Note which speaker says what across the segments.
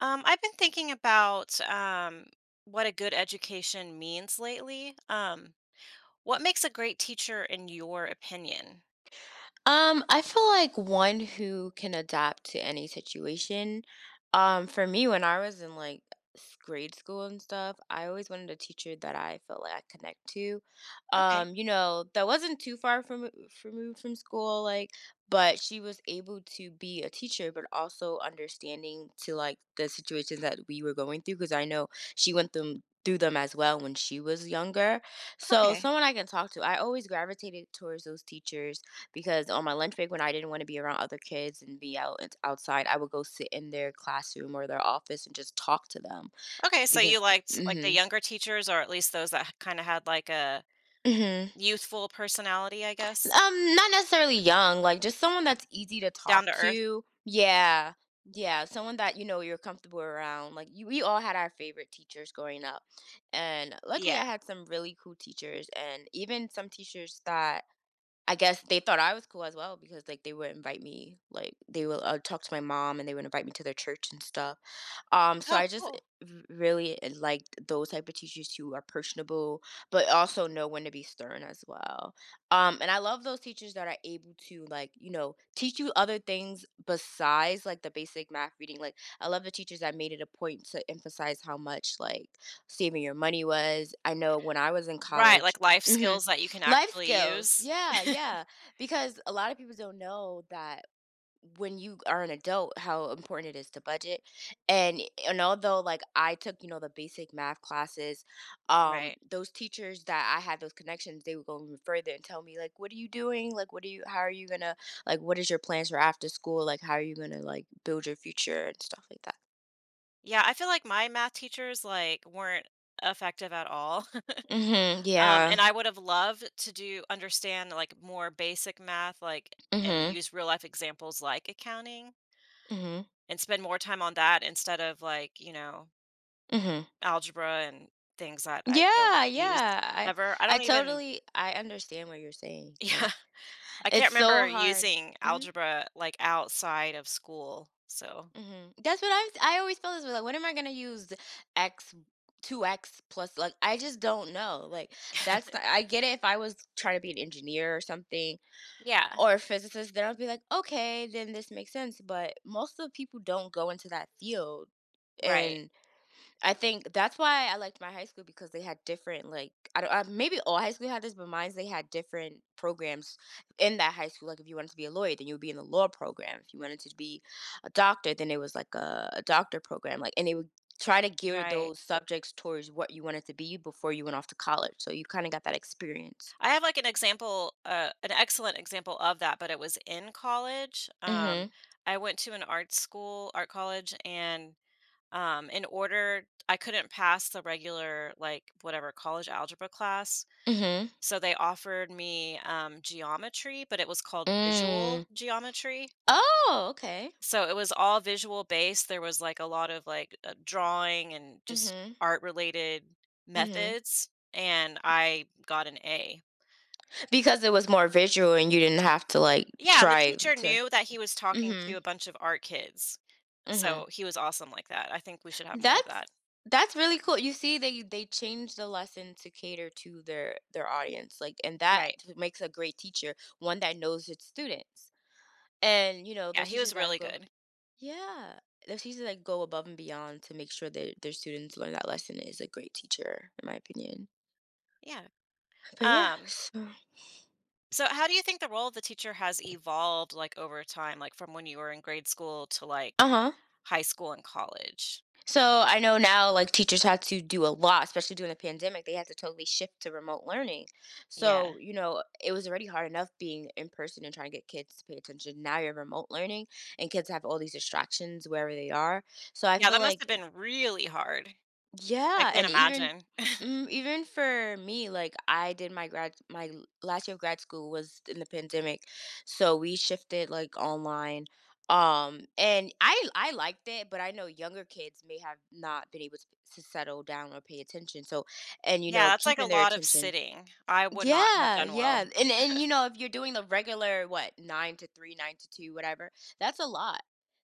Speaker 1: I've been thinking about what a good education means lately. What makes a great teacher in your opinion?
Speaker 2: I feel like one who can adapt to any situation. For me, when I was in like grade school and stuff, I always wanted a teacher that I felt like I connect to.
Speaker 1: Okay.
Speaker 2: That wasn't too far from removed from school, like, but she was able to be a teacher, but also understanding to like the situations that we were going through, because I know she went them through them as well when she was younger. So
Speaker 1: Okay.
Speaker 2: someone I can talk to. I always gravitated towards those teachers because on my lunch break when I didn't want to be around other kids and be out outside, I would go sit in their classroom or their office and just talk to them
Speaker 1: Okay. So you
Speaker 2: because
Speaker 1: liked like the
Speaker 2: mhm
Speaker 1: younger teachers, or at least those that kind of had like a
Speaker 2: mhm
Speaker 1: youthful personality, I guess,
Speaker 2: not necessarily young, like just someone that's easy to
Speaker 1: down
Speaker 2: talk
Speaker 1: to earth.
Speaker 2: to. Yeah. Yeah, someone that you know you're comfortable around. Like you, we all had our favorite teachers growing up. And luckily
Speaker 1: Yeah.
Speaker 2: I had some really cool teachers and even some teachers that I guess they thought I was cool as well because, like, they would invite me, like, they would talk to my mom and they would invite me to their church and stuff. So
Speaker 1: Oh,
Speaker 2: I just
Speaker 1: cool.
Speaker 2: really liked those type of teachers who are personable, but also know when to be stern as well. And I love those teachers that are able to, like, teach you other things besides like the basic math reading. Like, I love the teachers that made it a point to emphasize how much like saving your money was. I know when I was in
Speaker 1: Right.
Speaker 2: college.
Speaker 1: Like life
Speaker 2: Mhm.
Speaker 1: skills that you can
Speaker 2: Life
Speaker 1: actually
Speaker 2: skills.
Speaker 1: use.
Speaker 2: Yeah, yeah. Because a lot of people don't know that when you are an adult, how important it is to budget. And and although like I took, the basic math classes, um,
Speaker 1: Right.
Speaker 2: those teachers that I had those connections, they would go even further and tell me, like, what are you doing? Like what are you how are you gonna like what is your plans for after school? Like how are you gonna like build your future and stuff like that?
Speaker 1: Yeah. I feel like my math teachers like weren't effective at all.
Speaker 2: Mm-hmm.
Speaker 1: Um,
Speaker 2: Yeah.
Speaker 1: and I would have loved to do understand, like, more basic math, like and
Speaker 2: Mm-hmm.
Speaker 1: use real life examples like accounting
Speaker 2: Mm-hmm.
Speaker 1: and spend more time on that instead of, like, you know,
Speaker 2: Mm-hmm.
Speaker 1: algebra and things that I don't
Speaker 2: Yeah,
Speaker 1: use
Speaker 2: yeah. I
Speaker 1: ever. I
Speaker 2: I
Speaker 1: don't even
Speaker 2: totally I understand what you're saying.
Speaker 1: yeah,
Speaker 2: Like
Speaker 1: I
Speaker 2: it's
Speaker 1: can't remember
Speaker 2: so hard.
Speaker 1: using
Speaker 2: Hmm.
Speaker 1: algebra, like, outside of school, so
Speaker 2: Hmm. That's what I've I always feel this way. Like, when am I gonna use the X two X plus? Like I just don't know. Like that's the, I get it. If I was trying to be an engineer or something
Speaker 1: Yeah.
Speaker 2: or a physicist, then I'd be like, okay, then this makes sense. But most of the people don't go into that field,
Speaker 1: Right.
Speaker 2: and I think that's why I liked my high school because they had different like I don't maybe all high school had this, but mine's they had different programs in that high school. Like if you wanted to be a lawyer, then you would be in the law program. If you wanted to be a doctor, then it was like a doctor program. Like and they would try to gear
Speaker 1: Right.
Speaker 2: those subjects towards what you wanted to be before you went off to college. So you kind of got that experience.
Speaker 1: I have like an example, an excellent example of that, but it was in college. Um,
Speaker 2: Mhm.
Speaker 1: I went to an art school, art college, and in order, I couldn't pass the regular, like whatever college algebra class.
Speaker 2: Mhm.
Speaker 1: So they offered me geometry, but it was called visual
Speaker 2: Mm.
Speaker 1: geometry.
Speaker 2: Oh, okay.
Speaker 1: So it was all visual based. There was like a lot of like drawing and just
Speaker 2: Mhm.
Speaker 1: art related
Speaker 2: Mhm.
Speaker 1: methods. And I got an A.
Speaker 2: Because it was more visual and you didn't have to like
Speaker 1: Yeah, and the
Speaker 2: try
Speaker 1: teacher
Speaker 2: to.
Speaker 1: knew that he was talking to
Speaker 2: Mhm.
Speaker 1: a bunch of art kids,
Speaker 2: Mhm.
Speaker 1: so he was awesome like that. I think we should have more of
Speaker 2: That's
Speaker 1: that.
Speaker 2: that's really cool. You see, they change the lesson to cater to their audience, like, and that
Speaker 1: Right.
Speaker 2: makes a great teacher, one that knows its students. And you know,
Speaker 1: Yeah,
Speaker 2: those
Speaker 1: he was
Speaker 2: teachers that
Speaker 1: really
Speaker 2: go,
Speaker 1: good.
Speaker 2: yeah, those teachers that go above and beyond to make sure that their students learn that lesson is a great teacher, in my opinion.
Speaker 1: Yeah.
Speaker 2: But yeah,
Speaker 1: Um,
Speaker 2: so
Speaker 1: so how do you think the role of the teacher has evolved, like, over time, like, from when you were in grade school to, like,
Speaker 2: uh huh.
Speaker 1: high school and college?
Speaker 2: So I know now, like teachers have to do a lot, especially during the pandemic. They had to totally shift to remote learning.
Speaker 1: Yeah.
Speaker 2: So you know, it was already hard enough being in person and trying to get kids to pay attention. Now you're remote learning, and kids have all these distractions wherever they are. So I
Speaker 1: Yeah,
Speaker 2: feel
Speaker 1: that must
Speaker 2: like
Speaker 1: have been really hard. I
Speaker 2: yeah,
Speaker 1: can't
Speaker 2: and even
Speaker 1: imagine.
Speaker 2: mm, even for me, like I did my grad last year of grad school was in the pandemic, so we shifted like online. And I liked it, but I know younger kids may have not been able to settle down or pay attention. So, and you
Speaker 1: Yeah,
Speaker 2: know,
Speaker 1: that's, like, a
Speaker 2: keeping their
Speaker 1: lot of
Speaker 2: attention.
Speaker 1: sitting. I would not have
Speaker 2: Yeah,
Speaker 1: done
Speaker 2: yeah,
Speaker 1: well.
Speaker 2: and you know, if you're doing the regular what nine to three, nine to two, whatever, that's a lot.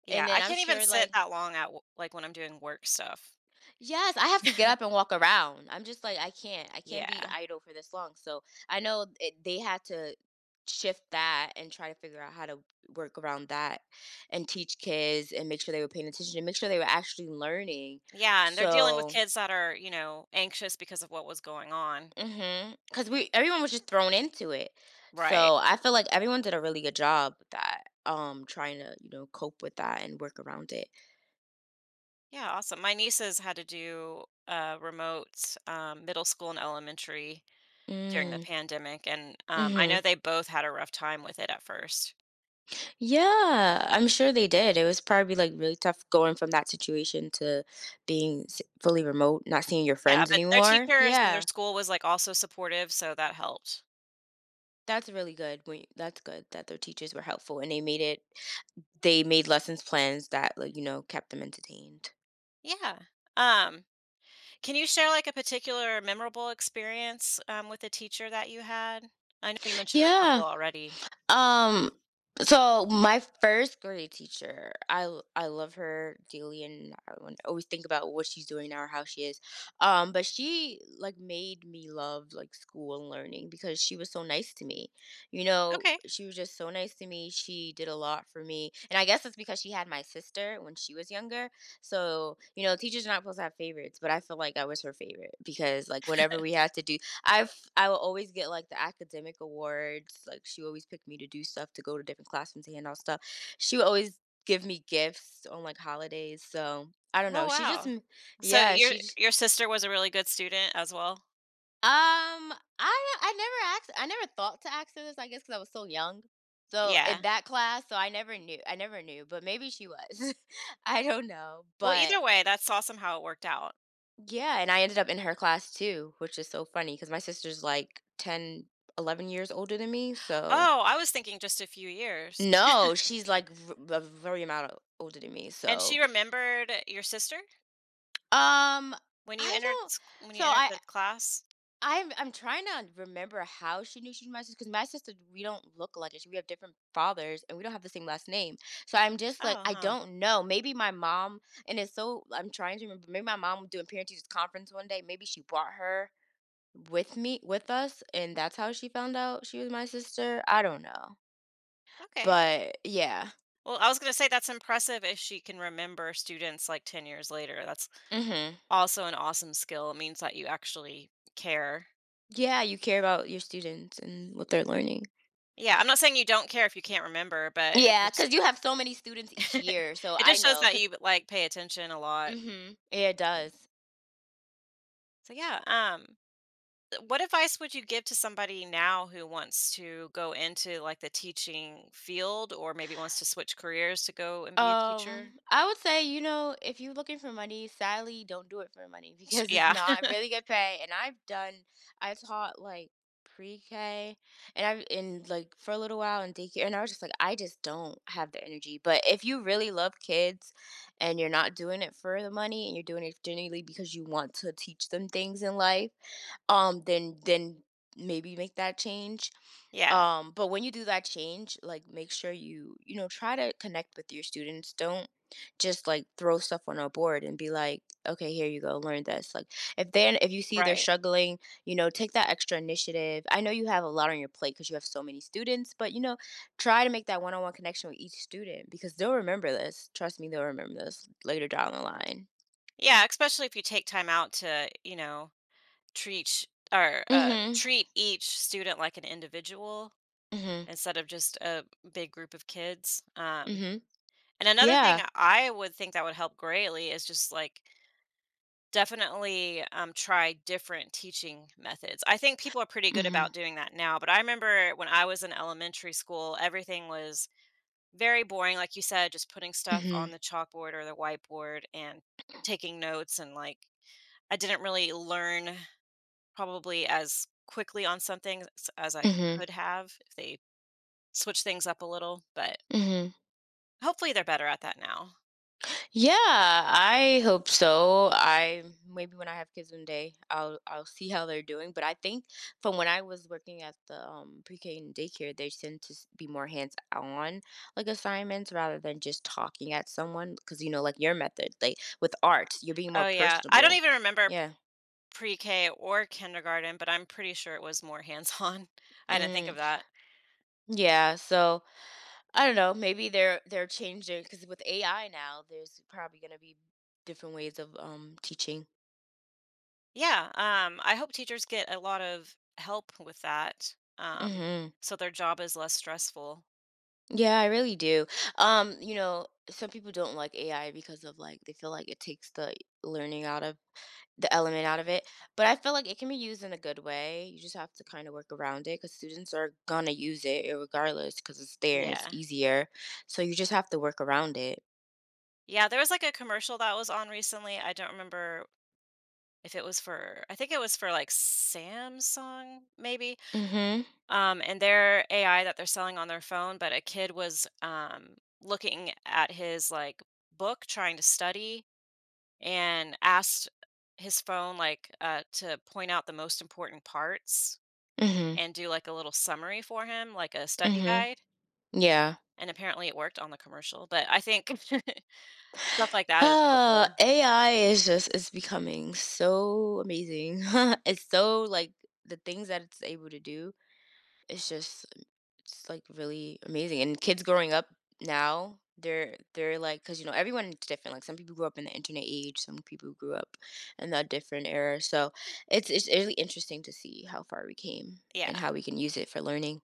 Speaker 1: Yeah,
Speaker 2: And
Speaker 1: I
Speaker 2: then I'm
Speaker 1: can't even
Speaker 2: sure
Speaker 1: sit
Speaker 2: like
Speaker 1: that long at w like, when I'm doing work stuff.
Speaker 2: yes, I have to get up and walk around. I'm just like, I can't be
Speaker 1: Yeah.
Speaker 2: idle for this long. So I know it, they had to shift that and try to figure out how to work around that and teach kids and make sure they were paying attention and make sure they were actually learning.
Speaker 1: Yeah, and they're dealing with
Speaker 2: So,
Speaker 1: kids that are, you know, anxious because of what was going on.
Speaker 2: because we everyone was just thrown into it.
Speaker 1: Right.
Speaker 2: So I feel like everyone did a really good job with that, trying to, you know, cope with that and work around it.
Speaker 1: Yeah, awesome. My nieces had to do remote middle school and elementary during the
Speaker 2: Mm.
Speaker 1: pandemic, and I
Speaker 2: Hmm.
Speaker 1: know they both had a rough time with it at first.
Speaker 2: Yeah, I'm sure they did. It was probably like really tough going from that situation to being fully remote, not seeing your
Speaker 1: Yeah,
Speaker 2: friends
Speaker 1: but their
Speaker 2: anymore.
Speaker 1: teachers and their
Speaker 2: Yeah,
Speaker 1: school was like also supportive, so that helped.
Speaker 2: that's really good. When, that's good that their teachers were helpful and they made it, they made lessons plans that like, you know, kept them entertained.
Speaker 1: Yeah. Um, can you share like a particular memorable experience with a teacher that you had? I know you mentioned a couple
Speaker 2: Yeah.
Speaker 1: already.
Speaker 2: Um, so my first grade teacher, I love her dearly, and I would always think about what she's doing now or how she is. But she like made me love like school and learning because she was so nice to me. You know,
Speaker 1: Okay.
Speaker 2: she was just so nice to me. She did a lot for me, and I guess it's because she had my sister when she was younger. So you know, teachers are not supposed to have favorites, but I feel like I was her favorite because like whenever we had to do I will always get, like, the academic awards, like, she always picked me to do stuff, to go to different classrooms to hand out stuff. She would always give me gifts on, like, holidays, so I don't
Speaker 1: Oh,
Speaker 2: know, she just
Speaker 1: wow.
Speaker 2: m
Speaker 1: So
Speaker 2: yeah, she j
Speaker 1: your sister was a really good student as well?
Speaker 2: um, I never asked I never thought to ask her this, I guess because I was so young, so
Speaker 1: Yeah.
Speaker 2: in that class, so I never knew, but maybe she was. I don't know,
Speaker 1: Well, either
Speaker 2: but
Speaker 1: way, that's awesome how it worked out.
Speaker 2: yeah, and I ended up in her class too, which is so funny because my sister's, like, 10, 11 years older than me, so
Speaker 1: Oh, I was thinking just a few years.
Speaker 2: no, she's, like, v a very amount o older than me,
Speaker 1: And she
Speaker 2: so,
Speaker 1: remembered your sister
Speaker 2: um,
Speaker 1: when you
Speaker 2: I don't
Speaker 1: when you
Speaker 2: so
Speaker 1: entered
Speaker 2: I
Speaker 1: the class?
Speaker 2: I'm I'm trying to remember how she knew she was my sister because my sister, we don't look like it. We have different fathers, and we don't have the same last name, so I'm just, like,
Speaker 1: Oh,
Speaker 2: I
Speaker 1: huh.
Speaker 2: don't know, maybe my mom and it's so I'm trying to remember, maybe my mom was doing parent teachers conference one day, maybe she brought her with us, and that's how she found out she was my sister, I don't know,
Speaker 1: Okay.
Speaker 2: but yeah.
Speaker 1: Well, I was going to say that's impressive if she can remember students like 10 years later. That's
Speaker 2: Mhm.
Speaker 1: also an awesome skill. It means that you actually care.
Speaker 2: Yeah, you care about your students and what they're learning.
Speaker 1: Yeah, I'm not saying you don't care if you can't remember, but it
Speaker 2: Yeah,
Speaker 1: just
Speaker 2: because you have so many students each year, so
Speaker 1: it
Speaker 2: I
Speaker 1: just shows
Speaker 2: know
Speaker 1: that
Speaker 2: 'cause
Speaker 1: you like pay attention a lot.
Speaker 2: mhm, it does.
Speaker 1: So yeah, what advice would you give to somebody now who wants to go into like the teaching field or maybe wants to switch careers to go and be a teacher?
Speaker 2: I would say, you know, if you're looking for money, sadly, don't do it for money because it's
Speaker 1: Yeah.
Speaker 2: not really good pay. And I've done, I taught like pre-K and I've in like for a little while in daycare, and I was just like, I just don't have the energy. But if you really love kids and you're not doing it for the money and you're doing it genuinely because you want to teach them things in life, then maybe make that change
Speaker 1: Yeah,
Speaker 2: but when you do that change like make sure you you know try to connect with your students don't just like throw stuff on a board and be like okay here you go learn this like if then if you see they're
Speaker 1: right.
Speaker 2: struggling you know take that extra initiative I know you have a lot on your plate because you have so many students but you know try to make that one-on-one connection with each student because they'll remember this trust me they'll remember this later down the line.
Speaker 1: Yeah, especially if you take time out to, you know, treat sh- or
Speaker 2: Mm-hmm.
Speaker 1: treat each student like an individual
Speaker 2: Mm-hmm.
Speaker 1: instead of just a big group of kids. Um,
Speaker 2: Mm-hmm.
Speaker 1: and another thing
Speaker 2: Yeah.
Speaker 1: I would think that would help greatly is just like definitely, try different teaching methods. I think people are pretty good
Speaker 2: Mm-hmm.
Speaker 1: about doing that now, but I remember when I was in elementary school, everything was very boring, like you said, just putting stuff on
Speaker 2: Mm-hmm.
Speaker 1: the chalkboard or the whiteboard and taking notes and, like, I didn't really learn probably as quickly on something things as I
Speaker 2: Mhm.
Speaker 1: could have if they switch things up a little, but
Speaker 2: Mhm.
Speaker 1: hopefully they're better at that now.
Speaker 2: Yeah, I hope so. I maybe when I have kids one day, I'll see how they're doing. But I think from when I was working at the pre-K and daycare, they tend to be more hands-on like assignments rather than just talking at someone. Because you know, like your method, like with art, you're being more
Speaker 1: Oh, yeah. I don't
Speaker 2: personable.
Speaker 1: even remember
Speaker 2: Yeah.
Speaker 1: pre-K or kindergarten, but I'm pretty sure it was more hands-on. I didn't think of
Speaker 2: Mm,
Speaker 1: that.
Speaker 2: yeah. So I don't know. Maybe they're changing because with AI now, there's probably gonna be different ways of teaching.
Speaker 1: Yeah, I hope teachers get a lot of help with that,
Speaker 2: Hmm.
Speaker 1: so their job is less stressful.
Speaker 2: Yeah, I really do. Some people don't like AI because of like they feel like it takes the learning out of the element out of it. But I feel like it can be used in a good way. You just have to kind of work around it because students are gonna use it regardless because it's there and it's
Speaker 1: Yeah.
Speaker 2: easier. So you just have to work around it.
Speaker 1: Yeah, there was, like, a commercial that was on recently, I don't remember if it was for I think it was for, like, Samsung, maybe,
Speaker 2: Mhm.
Speaker 1: and their AI that they're selling on their phone, but a kid was, looking at his, like, book trying to study and asked his phone like to point out the most important parts
Speaker 2: Mhm.
Speaker 1: and do like a little summary for him, like a study
Speaker 2: Mhm.
Speaker 1: guide.
Speaker 2: Yeah.
Speaker 1: And apparently it worked on the commercial. But I think stuff like that is helpful.
Speaker 2: Ah, AI is just it's becoming so amazing. It's so like the things that it's able to do. It's just It's like really amazing. And kids growing up now, they're like, cause you know everyone's different. Like some people grew up in the internet age, some people grew up in a different era. So it's really interesting to see how far we came
Speaker 1: Yeah.
Speaker 2: and how we can use it for learning.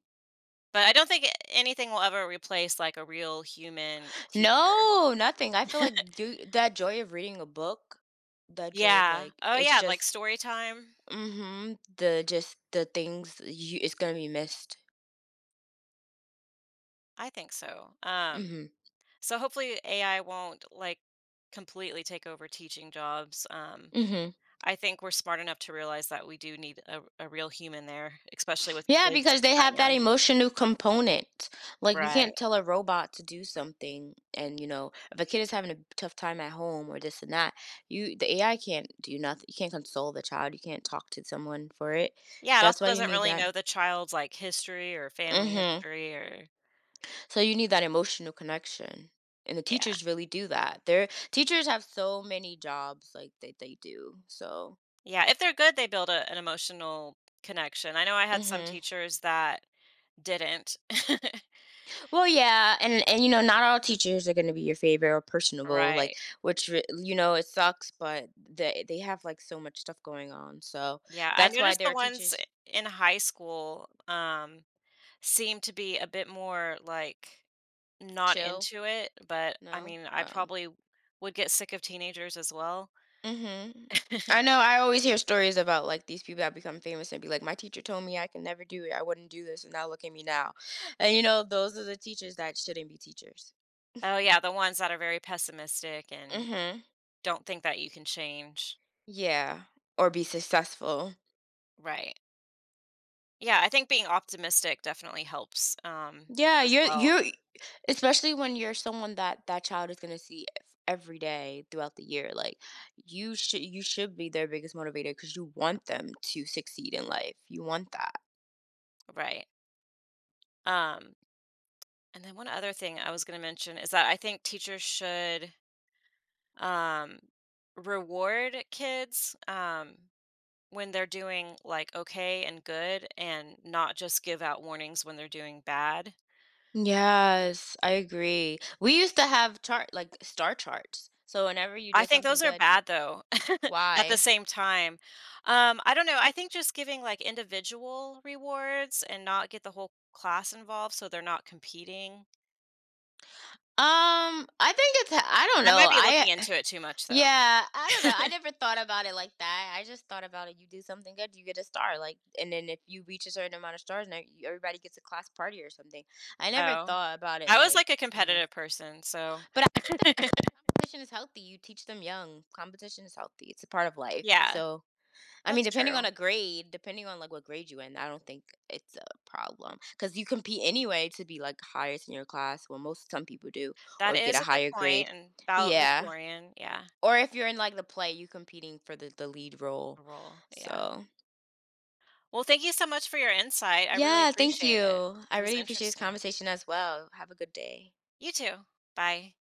Speaker 1: But I don't think anything will ever replace like a real human teacher.
Speaker 2: No, nothing. I feel like do that joy of reading a book, that joy of
Speaker 1: Yeah.
Speaker 2: like
Speaker 1: Oh
Speaker 2: it's
Speaker 1: yeah, like
Speaker 2: just
Speaker 1: story time.
Speaker 2: mhm the just the things you it's gonna be missed.
Speaker 1: I think so.
Speaker 2: Mhm.
Speaker 1: So hopefully AI won't like completely take over teaching jobs.
Speaker 2: Mhm.
Speaker 1: I think we're smart enough to realize that we do need a real human there, especially with
Speaker 2: Yeah,
Speaker 1: kids
Speaker 2: because they
Speaker 1: that
Speaker 2: have that
Speaker 1: young.
Speaker 2: emotional component. Like you
Speaker 1: Right.
Speaker 2: can't tell a robot to do something and if a kid is having a tough time at home or this and that, you the AI can't do nothing. You can't console the child. You can't talk to someone for it.
Speaker 1: Yeah, it
Speaker 2: That's
Speaker 1: also
Speaker 2: why you
Speaker 1: doesn't
Speaker 2: need
Speaker 1: really
Speaker 2: that.
Speaker 1: know the child's, like, history or family
Speaker 2: Mhm.
Speaker 1: history or
Speaker 2: So you need that emotional connection. And the
Speaker 1: yeah.
Speaker 2: teachers really do that. Their teachers have so many jobs like that they do. So,
Speaker 1: Yeah, if they're good, they build a an emotional connection. I know I had some
Speaker 2: mhm.
Speaker 1: teachers that didn't.
Speaker 2: Well, yeah, and not all teachers are going to be your favorite or personable,
Speaker 1: Right.
Speaker 2: like it sucks, but they have like so much stuff going on, so
Speaker 1: Yeah, I
Speaker 2: that's why
Speaker 1: noticed
Speaker 2: there
Speaker 1: the
Speaker 2: are
Speaker 1: ones
Speaker 2: teachers
Speaker 1: I in high school, seemed to be a bit more, like, not
Speaker 2: chill.
Speaker 1: into it, but, I
Speaker 2: No,
Speaker 1: mean, I
Speaker 2: oh,
Speaker 1: probably would get sick of teenagers as well.
Speaker 2: mm-hmm. I know. I always hear stories about like these people that become famous and be like, my teacher told me I can never do it, I wouldn't do this, and now look at me now, and those are the teachers that shouldn't be teachers.
Speaker 1: Oh yeah, the ones that are very pessimistic and
Speaker 2: Mm-hmm.
Speaker 1: don't think that you can change.
Speaker 2: Yeah, or be successful.
Speaker 1: Right. Yeah, I think being optimistic definitely helps
Speaker 2: Yeah,
Speaker 1: as
Speaker 2: you're
Speaker 1: well.
Speaker 2: you. Especially when you're someone that that child is gonna see every day throughout the year, like you should be their biggest motivator because you want them to succeed in life. You want that.
Speaker 1: Right. Um and then one other thing I was going to mention is that I think teachers should um reward kids when they're doing like okay and good and not just give out warnings when they're doing bad.
Speaker 2: Yes, I agree. We used to have chart like star charts. So whenever you
Speaker 1: I
Speaker 2: did
Speaker 1: think
Speaker 2: something
Speaker 1: those are
Speaker 2: good,
Speaker 1: bad though, at the
Speaker 2: why?
Speaker 1: same time. I don't know, I think just giving, like, individual rewards and not get the whole class involved so they're not competing.
Speaker 2: I think it's I don't
Speaker 1: I might
Speaker 2: know.
Speaker 1: be looking
Speaker 2: I
Speaker 1: into it too much though.
Speaker 2: yeah, I don't know. I never thought about it like that. I just thought about it. You do something good, you get a star. Like, and then if you reach a certain amount of stars, now you- everybody gets a class party or something. I never
Speaker 1: Oh.
Speaker 2: thought about it
Speaker 1: I was,
Speaker 2: like
Speaker 1: like, a
Speaker 2: you know.
Speaker 1: competitive person, so
Speaker 2: But I think that competition is healthy. You teach them young. Competition is healthy. It's a part of life.
Speaker 1: yeah,
Speaker 2: So I mean,
Speaker 1: that's
Speaker 2: depending on a
Speaker 1: true.
Speaker 2: grade, depending on like what grade you in, I don't think it's a problem because you compete anyway to be like highest in your class. Well, most some people do,
Speaker 1: That
Speaker 2: or get
Speaker 1: is
Speaker 2: a
Speaker 1: a good
Speaker 2: higher
Speaker 1: point
Speaker 2: grade.
Speaker 1: and
Speaker 2: Yeah,
Speaker 1: valedictorian, yeah,
Speaker 2: or if you're in like the play, you competing for the lead role.
Speaker 1: a role, yeah.
Speaker 2: So
Speaker 1: Well, thank you so much for your insight, I really
Speaker 2: yeah, thank
Speaker 1: appreciate it.
Speaker 2: you. I
Speaker 1: It was
Speaker 2: really appreciate this
Speaker 1: interesting.
Speaker 2: conversation as well. Have a good day.
Speaker 1: You too. Bye.